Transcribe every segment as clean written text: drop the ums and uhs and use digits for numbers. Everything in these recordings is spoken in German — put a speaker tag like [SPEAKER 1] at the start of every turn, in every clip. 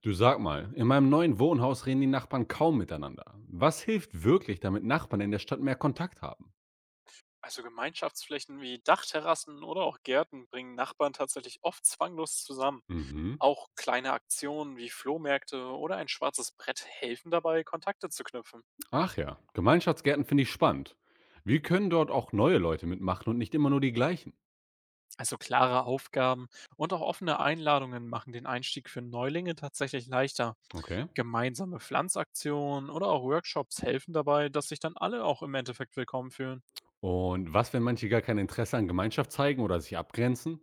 [SPEAKER 1] Du sag mal, in meinem neuen Wohnhaus reden die Nachbarn kaum miteinander. Was hilft wirklich, damit Nachbarn in der Stadt mehr Kontakt haben?
[SPEAKER 2] Also Gemeinschaftsflächen wie Dachterrassen oder auch Gärten bringen Nachbarn tatsächlich oft zwanglos zusammen.
[SPEAKER 1] Mhm.
[SPEAKER 2] Auch kleine Aktionen wie Flohmärkte oder ein schwarzes Brett helfen dabei, Kontakte zu knüpfen.
[SPEAKER 1] Ach ja, Gemeinschaftsgärten finde ich spannend. Wie können dort auch neue Leute mitmachen und nicht immer nur die gleichen?
[SPEAKER 2] Also klare Aufgaben und auch offene Einladungen machen den Einstieg für Neulinge tatsächlich leichter.
[SPEAKER 1] Okay.
[SPEAKER 2] Gemeinsame Pflanzaktionen oder auch Workshops helfen dabei, dass sich dann alle auch im Endeffekt willkommen fühlen.
[SPEAKER 1] Und was, wenn manche gar kein Interesse an Gemeinschaft zeigen oder sich abgrenzen?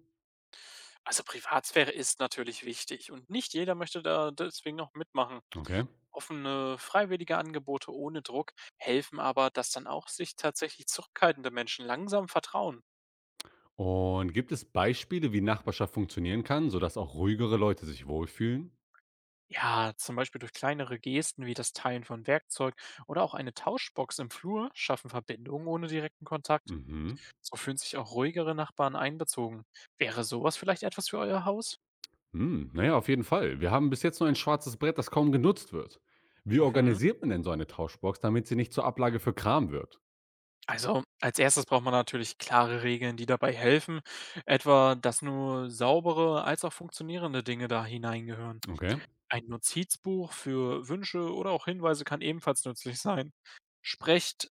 [SPEAKER 2] Also Privatsphäre ist natürlich wichtig und nicht jeder möchte da deswegen auch mitmachen.
[SPEAKER 1] Okay.
[SPEAKER 2] Offene, freiwillige Angebote ohne Druck helfen aber, dass dann auch sich tatsächlich zurückhaltende Menschen langsam vertrauen.
[SPEAKER 1] Und gibt es Beispiele, wie Nachbarschaft funktionieren kann, sodass auch ruhigere Leute sich wohlfühlen?
[SPEAKER 2] Ja, zum Beispiel durch kleinere Gesten wie das Teilen von Werkzeug oder auch eine Tauschbox im Flur schaffen Verbindungen ohne direkten Kontakt.
[SPEAKER 1] Mhm.
[SPEAKER 2] So fühlen sich auch ruhigere Nachbarn einbezogen. Wäre sowas vielleicht etwas für euer Haus?
[SPEAKER 1] Hm, na ja, auf jeden Fall. Wir haben bis jetzt nur ein schwarzes Brett, das kaum genutzt wird. Wie
[SPEAKER 2] Mhm.
[SPEAKER 1] organisiert man denn so eine Tauschbox, damit sie nicht zur Ablage für Kram wird?
[SPEAKER 2] Also als erstes braucht man natürlich klare Regeln, die dabei helfen, etwa dass nur saubere als auch funktionierende Dinge da hineingehören.
[SPEAKER 1] Okay.
[SPEAKER 2] Ein Notizbuch für Wünsche oder auch Hinweise kann ebenfalls nützlich sein. Sprecht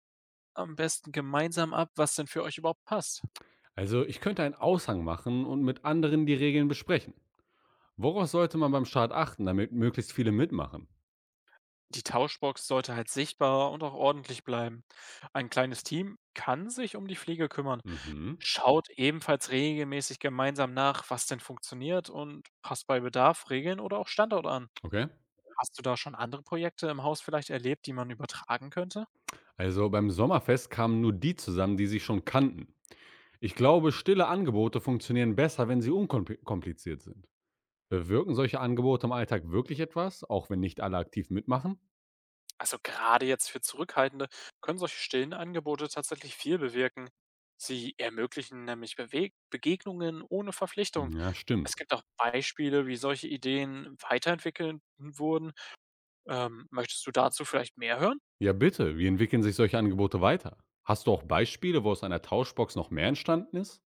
[SPEAKER 2] am besten gemeinsam ab, was denn für euch überhaupt passt.
[SPEAKER 1] Also, ich könnte einen Aushang machen und mit anderen die Regeln besprechen. Worauf sollte man beim Start achten, damit möglichst viele mitmachen?
[SPEAKER 2] Die Tauschbox sollte halt sichtbar und auch ordentlich bleiben. Ein kleines Team kann sich um die Pflege kümmern.
[SPEAKER 1] Mhm.
[SPEAKER 2] Schaut ebenfalls regelmäßig gemeinsam nach, was denn funktioniert, und passt bei Bedarf Regeln oder auch Standort an.
[SPEAKER 1] Okay.
[SPEAKER 2] Hast du da schon andere Projekte im Haus vielleicht erlebt, die man übertragen könnte?
[SPEAKER 1] Also, beim Sommerfest kamen nur die zusammen, die sich schon kannten. Ich glaube, stille Angebote funktionieren besser, wenn sie unkompliziert sind. Bewirken solche Angebote im Alltag wirklich etwas, auch wenn nicht alle aktiv mitmachen?
[SPEAKER 2] Also gerade jetzt für Zurückhaltende können solche stillen Angebote tatsächlich viel bewirken. Sie ermöglichen nämlich Beweg Begegnungen ohne Verpflichtung.
[SPEAKER 1] Ja, stimmt.
[SPEAKER 2] Es gibt auch Beispiele, wie solche Ideen weiterentwickelt wurden. Möchtest du dazu vielleicht mehr hören?
[SPEAKER 1] Ja, bitte. Wie entwickeln sich solche Angebote weiter? Hast du auch Beispiele, wo aus einer Tauschbox noch mehr entstanden ist?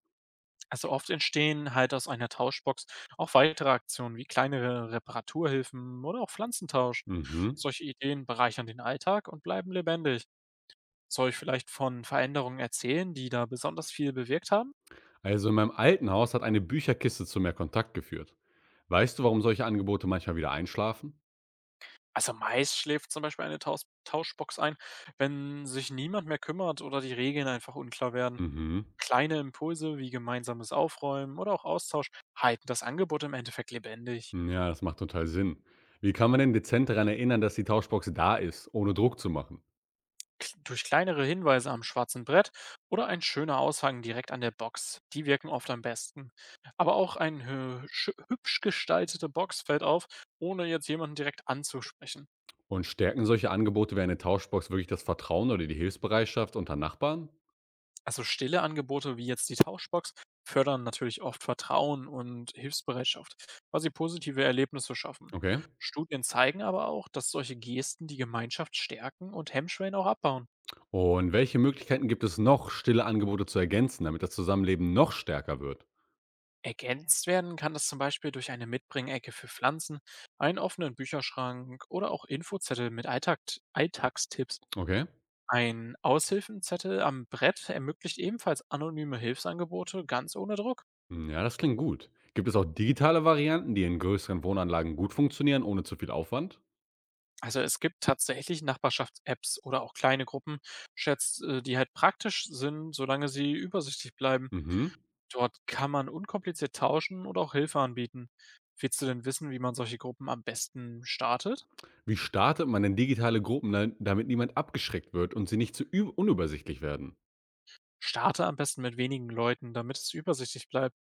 [SPEAKER 2] Also oft entstehen halt aus einer Tauschbox auch weitere Aktionen wie kleinere Reparaturhilfen oder auch Pflanzentausch.
[SPEAKER 1] Mhm.
[SPEAKER 2] Solche Ideen bereichern den Alltag und bleiben lebendig. Soll ich vielleicht von Veränderungen erzählen, die da besonders viel bewirkt haben?
[SPEAKER 1] Also in meinem alten Haus hat eine Bücherkiste zu mehr Kontakt geführt. Weißt du, warum solche Angebote manchmal wieder einschlafen?
[SPEAKER 2] Also meist schläft zum Beispiel eine Tauschbox ein, wenn sich niemand mehr kümmert oder die Regeln einfach unklar werden.
[SPEAKER 1] Mhm.
[SPEAKER 2] Kleine Impulse wie gemeinsames Aufräumen oder auch Austausch halten das Angebot im Endeffekt lebendig.
[SPEAKER 1] Ja, das macht total Sinn. Wie kann man denn dezent daran erinnern, dass die Tauschbox da ist, ohne Druck zu machen?
[SPEAKER 2] K Durch kleinere Hinweise am schwarzen Brett oder ein schöner Aushang direkt an der Box, die wirken oft am besten. Aber auch eine hübsch gestaltete Box fällt auf, ohne jetzt jemanden direkt anzusprechen.
[SPEAKER 1] Und stärken solche Angebote wie eine Tauschbox wirklich das Vertrauen oder die Hilfsbereitschaft unter Nachbarn?
[SPEAKER 2] Also stille Angebote wie jetzt die Tauschbox fördern natürlich oft Vertrauen und Hilfsbereitschaft, weil sie positive Erlebnisse schaffen.
[SPEAKER 1] Okay.
[SPEAKER 2] Studien zeigen aber auch, dass solche Gesten die Gemeinschaft stärken und Hemmschwellen auch abbauen.
[SPEAKER 1] Und welche Möglichkeiten gibt es noch, stille Angebote zu ergänzen, damit das Zusammenleben noch stärker wird?
[SPEAKER 2] Ergänzt werden kann das zum Beispiel durch eine Mitbringecke für Pflanzen, einen offenen Bücherschrank oder auch Infozettel mit Alltagstipps.
[SPEAKER 1] Okay.
[SPEAKER 2] Ein Aushilfenzettel am Brett ermöglicht ebenfalls anonyme Hilfsangebote ganz ohne Druck.
[SPEAKER 1] Hm, ja, das klingt gut. Gibt es auch digitale Varianten, die in größeren Wohnanlagen gut funktionieren, ohne zu viel Aufwand?
[SPEAKER 2] Also es gibt tatsächlich Nachbarschafts-Apps oder auch kleine Gruppen, Chats, die halt praktisch sind, solange sie übersichtlich bleiben.
[SPEAKER 1] Mhm.
[SPEAKER 2] Dort kann man unkompliziert tauschen oder auch Hilfe anbieten. Willst du denn wissen, wie man solche Gruppen am besten startet?
[SPEAKER 1] Wie startet man denn digitale Gruppen, damit niemand abgeschreckt wird und sie nicht zu unübersichtlich werden?
[SPEAKER 2] Starte am besten mit wenigen Leuten, damit es übersichtlich bleibt.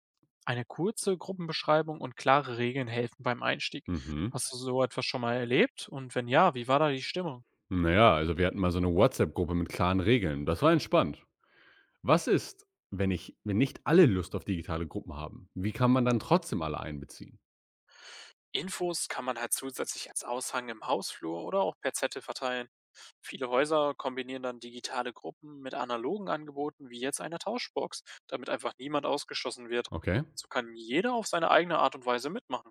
[SPEAKER 2] Eine kurze Gruppenbeschreibung und klare Regeln helfen beim Einstieg.
[SPEAKER 1] Mhm.
[SPEAKER 2] Hast du so etwas schon mal erlebt? Und wenn ja, wie war da die Stimmung?
[SPEAKER 1] Naja, also wir hatten mal so eine WhatsApp-Gruppe mit klaren Regeln. Das war entspannt. Was ist, wenn nicht alle Lust auf digitale Gruppen haben? Wie kann man dann trotzdem alle einbeziehen?
[SPEAKER 2] Infos kann man halt zusätzlich als Aushang im Hausflur oder auch per Zettel verteilen. Viele Häuser kombinieren dann digitale Gruppen mit analogen Angeboten wie jetzt einer Tauschbox, damit einfach niemand ausgeschlossen wird.
[SPEAKER 1] Okay.
[SPEAKER 2] So kann jeder auf seine eigene Art und Weise mitmachen.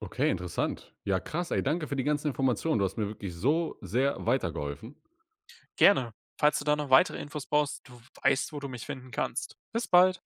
[SPEAKER 1] Okay, interessant. Ja, krass, ey, danke für die ganzen Informationen. Du hast mir wirklich so sehr weitergeholfen.
[SPEAKER 2] Gerne. Falls du da noch weitere Infos brauchst, du weißt, wo du mich finden kannst. Bis bald.